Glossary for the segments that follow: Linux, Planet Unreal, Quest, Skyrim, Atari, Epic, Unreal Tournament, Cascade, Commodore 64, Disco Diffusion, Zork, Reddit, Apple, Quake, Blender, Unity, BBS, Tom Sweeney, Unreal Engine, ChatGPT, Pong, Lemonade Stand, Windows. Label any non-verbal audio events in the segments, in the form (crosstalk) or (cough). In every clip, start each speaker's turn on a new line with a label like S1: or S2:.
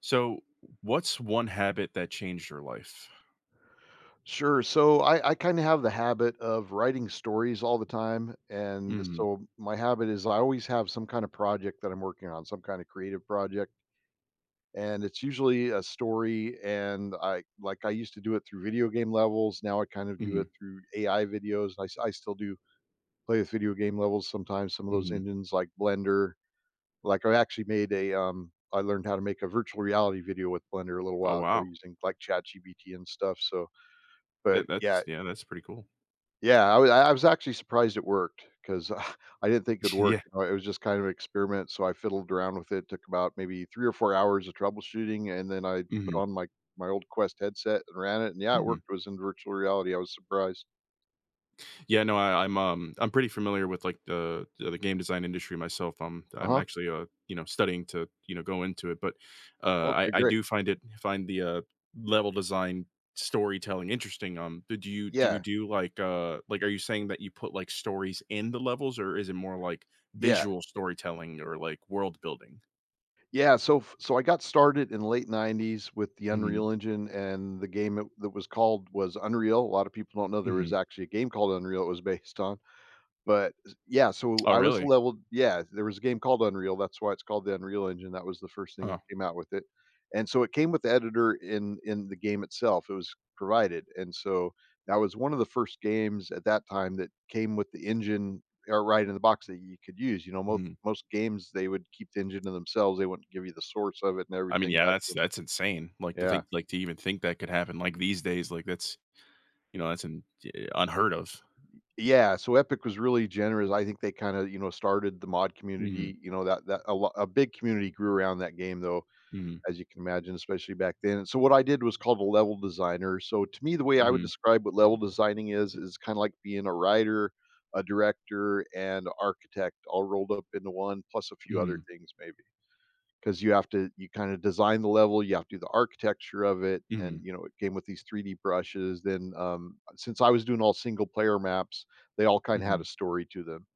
S1: So, what's one habit that changed your life?
S2: Sure. So I kind of have the habit of writing stories all the time. And
S1: Mhm,
S2: so my habit is I always have some kind of project that I'm working on, some kind of creative project. And it's usually a story. And I I used to do it through video game levels. Now I kind of do
S1: mhm,
S2: it through AI videos. I still do play with video game levels sometimes, some of those
S1: mhm.
S2: engines like Blender. Like I actually made I learned how to make a virtual reality video with Blender a little
S1: Oh,
S2: while ago
S1: wow.
S2: using like ChatGPT and stuff. So,
S1: That
S2: but yeah,
S1: that's yeah, that's pretty cool.
S2: yeah, I was actually surprised it worked because (laughs) I didn't think it'd
S1: (laughs)
S2: work,
S1: Yeah.
S2: it was just kind of an experiment, so I fiddled around with it, took about maybe 3 or 4 hours of troubleshooting, and then I put
S1: Mhm,
S2: on my old Quest headset and ran it, and yeah, it
S1: mhm.
S2: worked, it was in virtual reality, I was surprised.
S1: Yeah, no, I'm pretty familiar with, like, the game design industry myself. I'm
S2: Uh-huh.
S1: actually, you know, studying to, you know, go into it, but, I
S2: Okay,
S1: I
S2: great.
S1: do find the level design storytelling interesting.
S2: Yeah,
S1: Are you saying that you put, like, stories in the levels, or is it more like
S2: yeah,
S1: visual storytelling or, like, world building?
S2: yeah, so I got started in late 90s with the
S1: Mhm,
S2: Unreal Engine, and the game it that was called was Unreal. A lot of people don't know there
S1: mhm.
S2: was actually a game called Unreal it was based on. But, yeah, so
S1: Oh,
S2: I was
S1: really?
S2: leveled yeah, there was a game called Unreal, that's why it's called the Unreal Engine. That was the first thing that
S1: Huh,
S2: came out with it, and so it came with the editor in the game itself, it was provided, and so that was one of the first games at that time that came with the engine, right in the box that you could use. You know,
S1: mhm.
S2: most games, they would keep the engine to themselves, they wouldn't give you the source of it and
S1: I mean,
S2: everything
S1: yeah,
S2: back
S1: that's
S2: then.
S1: that's insane, like,
S2: Yeah.
S1: to even think that could happen, like, these days, like, that's unheard of.
S2: Yeah, so Epic was really generous, I think they kinda, you know, started the mod
S1: Mhm,
S2: community. You know, that a big community grew around that game, though,
S1: mhm,
S2: as you can imagine, especially back then. And so what I did was called a level designer. So to me, the way I would
S1: mhm,
S2: describe what level designing is kind of like being a writer, a director, and architect all rolled up into one, plus a few other
S1: mhm,
S2: things maybe. Because you have to you kind of design the level, you have to do the architecture of it, and
S1: mhm,
S2: you know it came with these 3D brushes. Then since I was doing all single player maps, they all kind of had a
S1: mhm.
S2: story to them,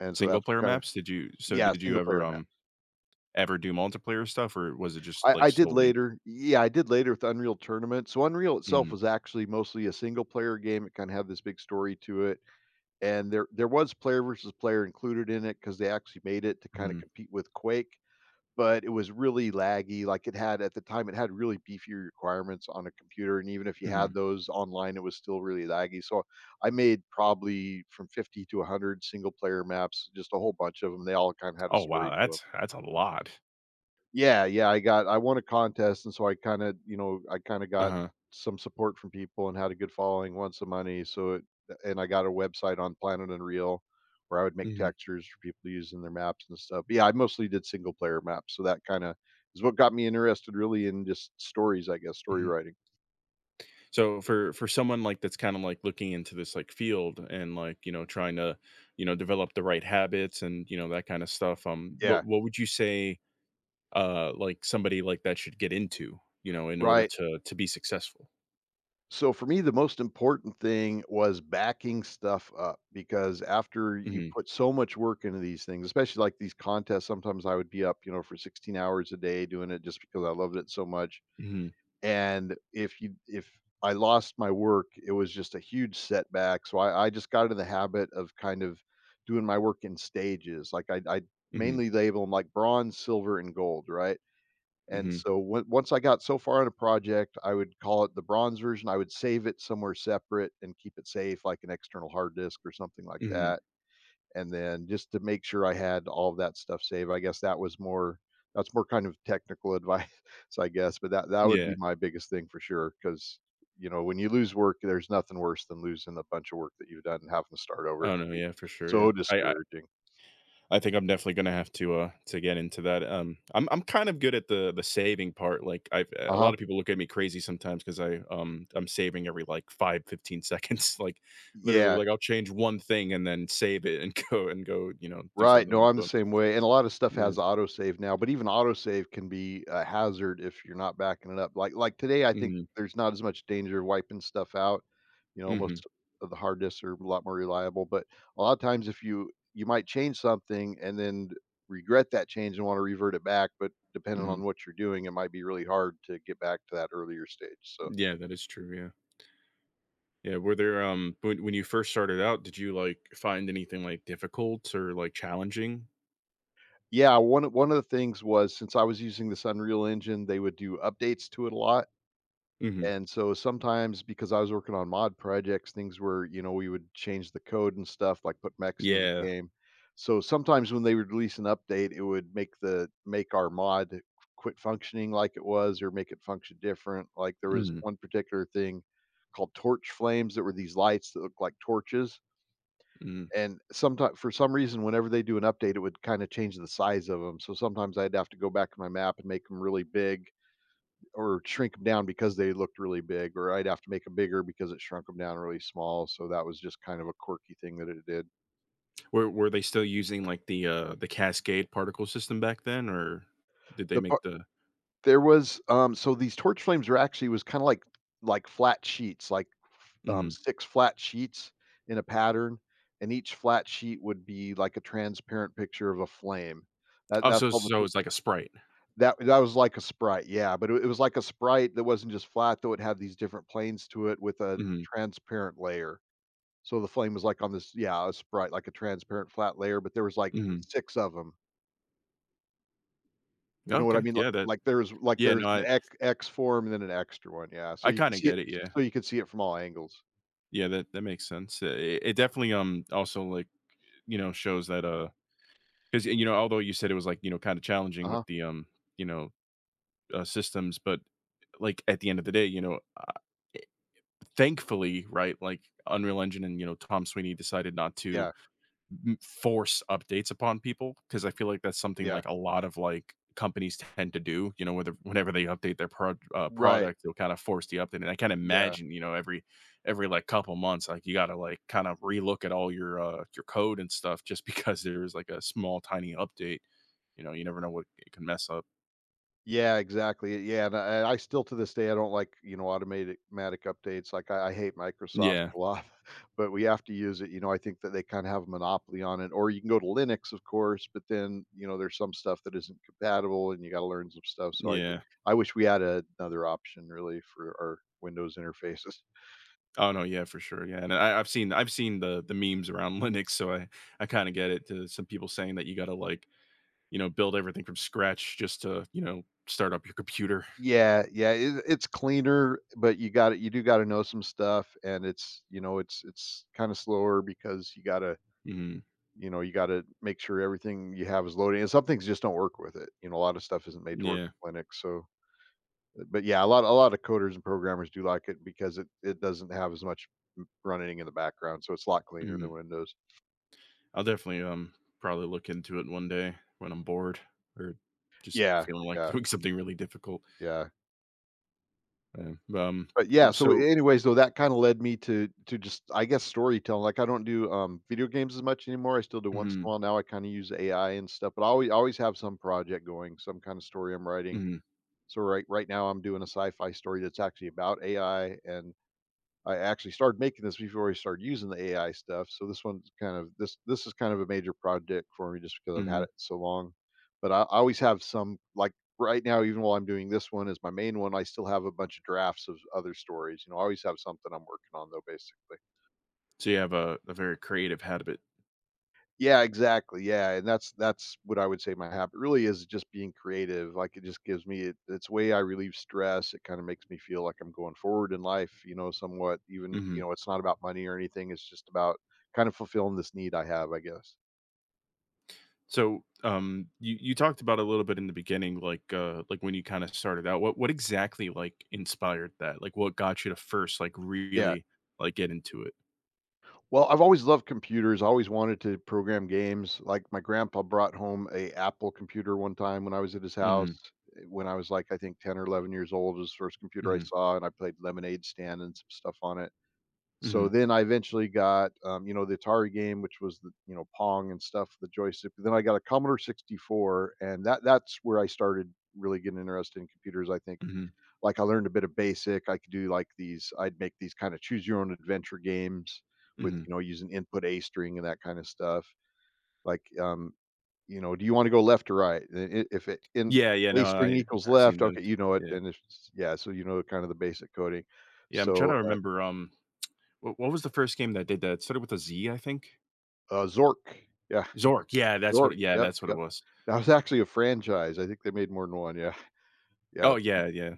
S2: and so
S1: Single
S2: that's what
S1: player
S2: kind of—
S1: maps?
S2: yeah,
S1: Did you
S2: single player map.
S1: ever do multiplayer stuff, or was it just, like,
S2: I did
S1: solely.
S2: later. Yeah, I did later with Unreal Tournament. So Unreal itself
S1: Mhm,
S2: was actually mostly a single player game. It kind of had this big story to it, and there was player versus player included in it because they actually made it to kind of
S1: mhm,
S2: compete with Quake. But it was really laggy. Like it had at the time, it had really beefier requirements on a computer, and even if you
S1: mhm.
S2: had those online, it was still really laggy. So I made probably from 50 to 100 single player maps, just a whole bunch of them. They all kind of had a
S1: Oh,
S2: story
S1: wow,
S2: to 'em.
S1: that's a lot.
S2: Yeah, yeah, I won a contest, and so I kinda, you know, I kinda got
S1: Uh-huh.
S2: some support from people and had a good following, won some money, so it and I got a website on Planet Unreal where I would make
S1: Mhm,
S2: textures for people to use in their maps and stuff. But yeah, I mostly did single player maps, so that kinda is what got me interested really in just stories, I guess, story
S1: mhm.
S2: writing.
S1: So for someone like that's kind of like looking into this like field and like trying to develop the right habits and that kind of stuff. Um, what
S2: Yeah,
S1: what would you say like somebody like that should get into in order
S2: right.
S1: to be successful?
S2: So for me, the most important thing was backing stuff up because after you
S1: Hmm.
S2: put so much work into these things, especially like these contests, sometimes I would be up, you know, for 16 hours a day doing it just because I loved it so much.
S1: Hmm.
S2: And if you if I lost my work, it was just a huge setback. So I just got in the habit of kind of doing my work in stages. Like I
S1: Hmm.
S2: mainly label them like bronze, silver, and gold, right? And
S1: Hmm.
S2: so on once I got so far in a project, I would call it the bronze version, I would save it somewhere separate and keep it safe, like an external hard disk or something like
S1: Hmm.
S2: that, and then just to make sure I had all of that stuff saved. I guess that was more that's more kind of technical advice, (laughs) I guess, but that would
S1: Yeah.
S2: be my biggest thing for sure, because you know, when you lose work, there's nothing worse than losing a bunch of work that you've done and having to start over. It
S1: Oh
S2: can
S1: no.
S2: be
S1: Yeah. For sure. Yeah.
S2: so
S1: I
S2: discouraging.
S1: I think I'm definitely gonna have to get into that, I'm kind of good at the saving part, like, a
S2: Uh-huh.
S1: lot of people look at me crazy sometimes because I'm saving every, like, 5 15 seconds, (laughs) like, literally,
S2: Yeah.
S1: like, I'll change one thing and then save it and (laughs) go and go, do
S2: Right,
S1: something
S2: no,
S1: else,
S2: I'm the
S1: but
S2: same way, and a lot of stuff
S1: yeah.
S2: has autosave now, but even autosave can be a hazard if you're not backing it up. Like today, I think
S1: Mhm.
S2: there's not as much danger of wiping stuff out. You know,
S1: Mhm.
S2: most of the hard disks are a lot more reliable, but a lot of times if you might change something and then regret that change and want to revert it back, but depending
S1: Mhm.
S2: on what you're doing, it might be really hard to get back to that earlier stage. So,
S1: Yeah, that is true, yeah. Yeah, were there, when you first started out, did you, like, find anything, like, difficult or, like, challenging?
S2: yeah, one of the things was since I was using this Unreal Engine, they would do updates to it a lot.
S1: Mhm.
S2: And so sometimes because I was working on mod projects, things were, you know, we would change the code and stuff, like put mechs into the
S1: Yeah.
S2: game. So sometimes when they would release an update, it would make the make our mod quit functioning like it was or make it function different. Like there was
S1: Mhm.
S2: one particular thing called torch flames that were these lights that looked like torches.
S1: Mhm.
S2: And sometimes for some reason, whenever they do an update, it would kind of change the size of them. So sometimes I'd have to go back to my map and make them really big or shrink them down because they looked really big, or I'd have to make them bigger because it shrunk them down really small, so that was just kind of a quirky thing that it did.
S1: Were they still using, like, the Cascade particle system back then, or did they
S2: The
S1: make
S2: par
S1: the.
S2: there was, so these torch flames were actually was kinda like flat sheets, like,
S1: Mhm.
S2: 6 flat sheets in a pattern, and each flat sheet would be like a transparent picture of a flame.
S1: Oh,
S2: That's
S1: so
S2: all the
S1: so
S2: tor
S1: it's like a Sprite.
S2: that that was like a Sprite, yeah, but it was like a Sprite that wasn't just flat, though it had these different planes to it with a
S1: Mhm,
S2: transparent layer. So the flame was like on this, yeah, a sprite, like a transparent flat layer, but there was like
S1: mhm.
S2: 6 of them. You know what I
S1: Okay,
S2: mean? Like
S1: yeah, that yeah, no,
S2: there's an
S1: I
S2: X form and then an extra one, yeah. So
S1: I
S2: you can
S1: kinda
S2: see it
S1: get it, yeah.
S2: so you can see it from all angles.
S1: Yeah, that makes sense. I it it definitely, also, like, shows that, because although you said it was, like, kinda challenging with
S2: Uh-huh.
S1: the, you know, systems, but, like, at the end of the day, thankfully, right, like, Unreal Engine and, Tom Sweeney decided not to
S2: Yeah,
S1: force updates upon people because I feel like that's something
S2: yeah.
S1: like a lot of like companies tend to do. You know, whether whenever they update their
S2: Right.
S1: product, they'll kind of force the update. And I can't
S2: Yeah.
S1: imagine, every like couple months, like you got to like kind of relook at all your code and stuff just (laughs) because there was like a small tiny update. You know, you never know what it can mess up.
S2: Yeah, exactly. Yeah, and I still to this day I don't like, you know, automatic matic updates. Like I hate Microsoft
S1: Yeah,
S2: a lot, (laughs) but we have to use it. You know, I think that they kind of have a monopoly on it. Or you can go to Linux, of course, but then you know there's some stuff that isn't compatible, and you got to learn some stuff.
S1: yeah.
S2: I wish we had another option really for our Windows interfaces. (laughs)
S1: Oh no, yeah, for sure. Yeah, and I've seen the memes around (laughs) Linux, so I kind of get it. To some people saying that you got to like build everything from scratch just to, start up your computer.
S2: Yeah, yeah, it, it's cleaner, but you do got to know some stuff, and it's you know it's kind of slower because
S1: Mhm.
S2: you know, you gotta make sure everything you have is loading, and some things just don't work with it. You know, a lot of stuff isn't made to work
S1: Yeah.
S2: with Linux, so but yeah, a lot of coders and programmers do like it because it doesn't have as much running in the background, so it's a lot cleaner than
S1: Mhm.
S2: Windows.
S1: I'll definitely, probably look into it one day when I'm bored or just
S2: Yeah,
S1: feeling like (laughs)
S2: yeah,
S1: doing something really difficult.
S2: yeah.
S1: Yeah.
S2: But yeah, so
S1: So,
S2: anyways, though that kind of led me to just I guess storytelling. Like I don't do video games as much anymore. I still do once in a
S1: mhm,
S2: while. Now I kind of use AI and stuff, but I always have some project going, some kind of story I'm writing.
S1: mhm,
S2: So right now I'm doing a sci-fi story that's actually about AI, and I actually started making this before I started using the AI stuff. So this one's kind of this is kind of a major project for me just because I've had
S1: mhm.
S2: it so long. But I always have some like right now, even while I'm doing this one as my main one, I still have a bunch of drafts of other stories. You know, I always have something I'm working on though, basically.
S1: So you have a very creative habit.
S2: Yeah, exactly, yeah, and that's what I would say my habit really is, just being creative. Like, it just gives me it's way I relieve stress. It kinda makes me feel like I'm going forward in life, you know, somewhat, even,
S1: Mhm.
S2: you know, it's not about money or anything, it's just about kind of fulfilling this need I have, I guess.
S1: So, you talked about a little bit in the beginning, like when you kind of started out, what exactly like inspired that? Like what got you to first, like
S2: Yeah.
S1: really like get into it?
S2: Well, I've always loved computers, I always wanted to program games. Like, my grandpa brought home a Apple computer one time when I was at his house,
S1: Mhm.
S2: when I was, like, I think 10 or 11 years old, was the first computer I
S1: Mhm.
S2: saw, and I played Lemonade Stand and some stuff on it. So
S1: Mhm,
S2: then I eventually got, you know, the Atari game, which was the, you know, Pong and stuff, the joystick. Then I got a Commodore 64, and that's where I started really getting interested in computers. I think
S1: mhm,
S2: like I learned a bit of basic. I could do like these. I'd make these kind of choose your own adventure games with,
S1: mhm.
S2: you know, using input A string and that kind of stuff. Like, you know, do you want to go left or right? And if it in
S1: Yeah, yeah,
S2: A
S1: no,
S2: string
S1: I
S2: equals
S1: I've seen
S2: left,
S1: those.
S2: okay, you know it.
S1: Yeah.
S2: Then it's yeah, so you know kind of the basic coding.
S1: Yeah, I'm trying
S2: So
S1: to
S2: uh,
S1: remember, what was the first game that did that? It started with a Z, I think?
S2: Zork, yeah,
S1: Zork,
S2: Zork,
S1: yeah,
S2: yep,
S1: that's what it
S2: yep.
S1: was.
S2: That was actually a franchise, I think they made more than 1, yeah, yeah,
S1: Oh, yeah, yeah.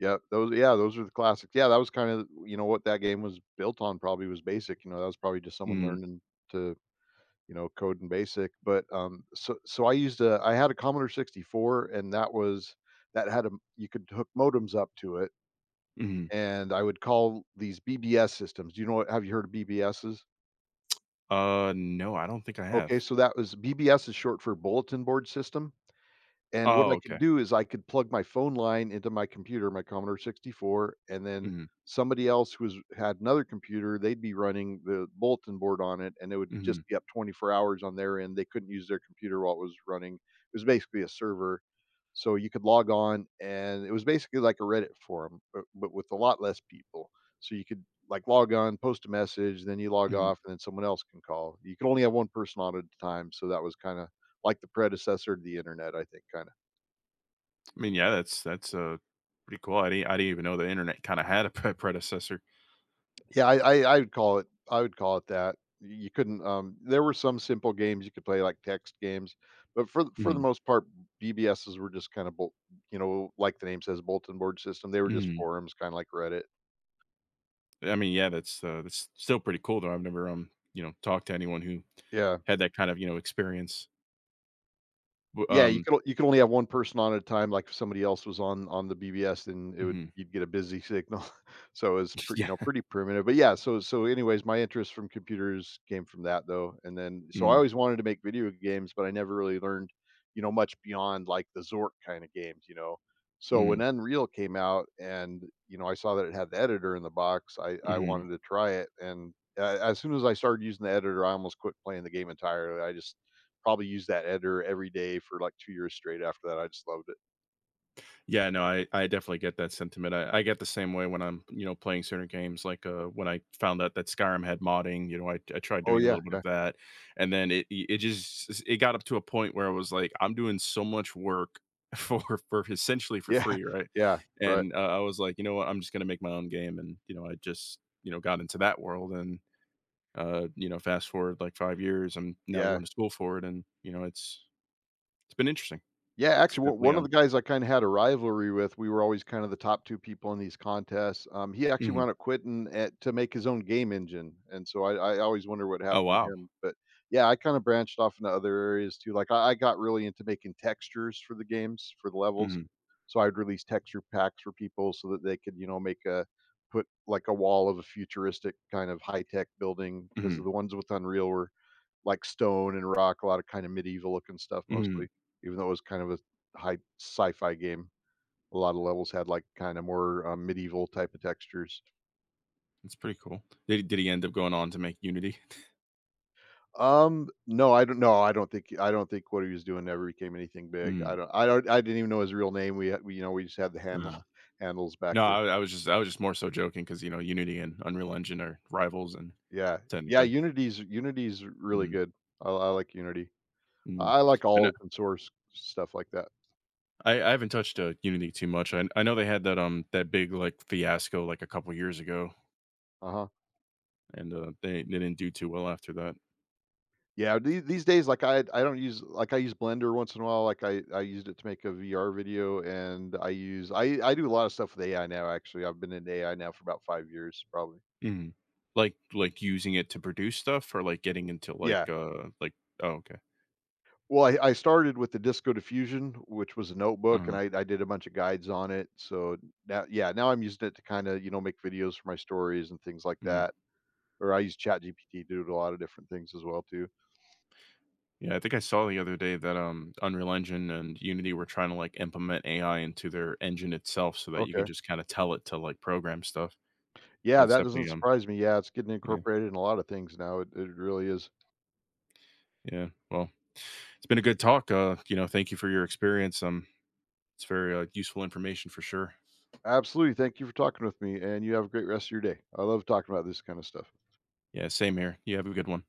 S2: yep, those, yeah, those are the classics. Yeah, that was kinda, you know, what that game was built on probably was BASIC. You know, that was probably just someone
S1: Mhm,
S2: learning to, you know, code in BASIC. But, so I had a Commodore 64, and that had a you could hook modems up to it,
S1: mhm.
S2: and I would call these BBS systems. Do you know what have you heard of BBSs?
S1: No, I don't think I have.
S2: Okay, so that was, BBS is short for bulletin board system. And what
S1: Oh,
S2: I could
S1: okay.
S2: do is I could plug my phone line into my computer, my Commodore 64, and then
S1: Mhm,
S2: somebody else who had another computer, they'd be running the bulletin board on it, and it would
S1: mhm,
S2: just be up 24 hours on their end. They couldn't use their computer while it was running. It was basically a server, so you could log on, and it was basically like a Reddit forum, but, with a lot less people. So you could like log on, post a message, then you log
S1: mhm.
S2: off, and then someone else can call. You could only have one person on at a time, so that was kind of like the predecessor to the internet, I think, kind of.
S1: I mean, yeah, that's pretty cool. I didn't even know the internet kinda had a (laughs) predecessor.
S2: Yeah, I would call it, I would call it that. Y You couldn't, there were some simple games you could play, like text games, but for the
S1: Mhm,
S2: most part, BBSs were just kinda bol you know, like the name says, bulletin board system. They were just
S1: mhm.
S2: forums, kinda like Reddit.
S1: I mean, yeah, that's still pretty cool, though. I've never, talked to anyone who
S2: Yeah.
S1: had that kind of, experience. W
S2: Yeah, you could you could only have one person on at a time. Like, if somebody else was on the BBS, then it would
S1: Mhm.
S2: you'd get a busy signal. (laughs) So, it's
S1: (laughs)
S2: pre you
S1: Yeah.
S2: know, pretty primitive. But yeah, so anyways, my interest from computers came from that, though, and then I
S1: Mm,
S2: always wanted to make video games, but I never really learned, you know, much beyond, like, the Zork kinda games, you know? So when
S1: mm,
S2: Unreal came out and, you know, I saw that it had the editor in the box, I
S1: mhm.
S2: wanted to try it, and a as soon as I started using the editor, I almost quit playing the game entirely. I just probably used that editor every day for, like, 2 years straight after that. I just loved it.
S1: Yeah, no, I definitely get that sentiment. I get the same way when I'm, playing certain games, like, when I found out that Skyrim had modding, I tried
S2: Oh,
S1: doing a
S2: yeah,
S1: little bit of
S2: yeah.
S1: that, and then it got up to a point where I was like, "I'm doing so much work (laughs) for for essentially for
S2: Yeah,
S1: free,"
S2: (laughs)
S1: right?
S2: yeah, right,
S1: And, I was like, "You know what? I'm just gonna make my own game," and, I just, got into that world and, fast forward, like, 5 years, I'm now
S2: yeah.
S1: going to school for it and, it's been interesting.
S2: Yeah,
S1: It's
S2: actually, one
S1: definitely
S2: one of
S1: on.
S2: the guys I kinda had a rivalry with, we were always kind of the top 2 people in these contests, he actually
S1: Mhm.
S2: wound up quitting at to make his own game engine, and so I always wonder what
S1: Oh,
S2: happened to
S1: wow.
S2: him. But yeah, I kinda branched off into other areas too. Like, I got really into making textures for the games, for the levels,
S1: Mhm,
S2: so I'd release texture packs for people so that they could, you know, make a put, like, a wall of a futuristic kind of high-tech building, because
S1: mhm,
S2: the ones with Unreal were like stone and rock, a lot of kind of medieval looking stuff
S1: mhm.
S2: mostly, even though it was kind of a high sci-fi game. A lot of levels had like kind of more medieval type of textures.
S1: That's pretty cool. Did he end up going on to make Unity?
S2: No, I don't know. I don't think what he was doing ever became anything big. I
S1: Mm.
S2: don't. I don't. I didn't even know his real name. We, had- we you know, we just had the handle
S1: uh,
S2: (laughs) handles back
S1: no,
S2: then.
S1: I was just more so joking because Unity and Unreal Engine are rivals and
S2: Yeah, yeah.
S1: technically.
S2: Unity's really
S1: Mhm,
S2: good. I like Unity.
S1: mhm.
S2: I like
S1: and
S2: all
S1: know
S2: open source stuff like that.
S1: I haven't touched, Unity too much. I know they had that big, like, fiasco, like, a couple years ago,
S2: Uh huh.
S1: and, they didn't do too well after that.
S2: Yeah, these days, like, I don't use like, I use Blender once in a while. Like, I used it to make a VR video, and I use I do a lot of stuff with AI now. Actually, I've been in AI now for about 5 years, probably.
S1: Mhm. Like, using it to produce stuff or, like, getting into,
S2: Yeah.
S1: oh, okay.
S2: Well, I started with the Disco Diffusion, which was a notebook, and
S1: Mhm,
S2: I did a bunch of guides on it. So now, yeah, now I'm using it to kinda, you know, make videos for my stories and things like
S1: mhm.
S2: that, or I use Chat GPT to do a lot of different things as well, too.
S1: Yeah, I think I saw the other day that Unreal Engine and Unity were trying to like implement AI into their engine itself so that you can
S2: Okay.
S1: just kind of tell it to like program stuff.
S2: Yeah,
S1: That's
S2: that doesn't
S1: definitely,
S2: surprise me. Yeah, it's getting
S1: yeah,
S2: incorporated in a lot of things now, it really is.
S1: yeah. Well, it's been a good talk. Thank you for your experience. It's very, useful information for sure.
S2: Absolutely. Thank you for talking with me, and you have a great rest of your day. I love talking about this kind of stuff.
S1: Yeah, same here. You have a good one.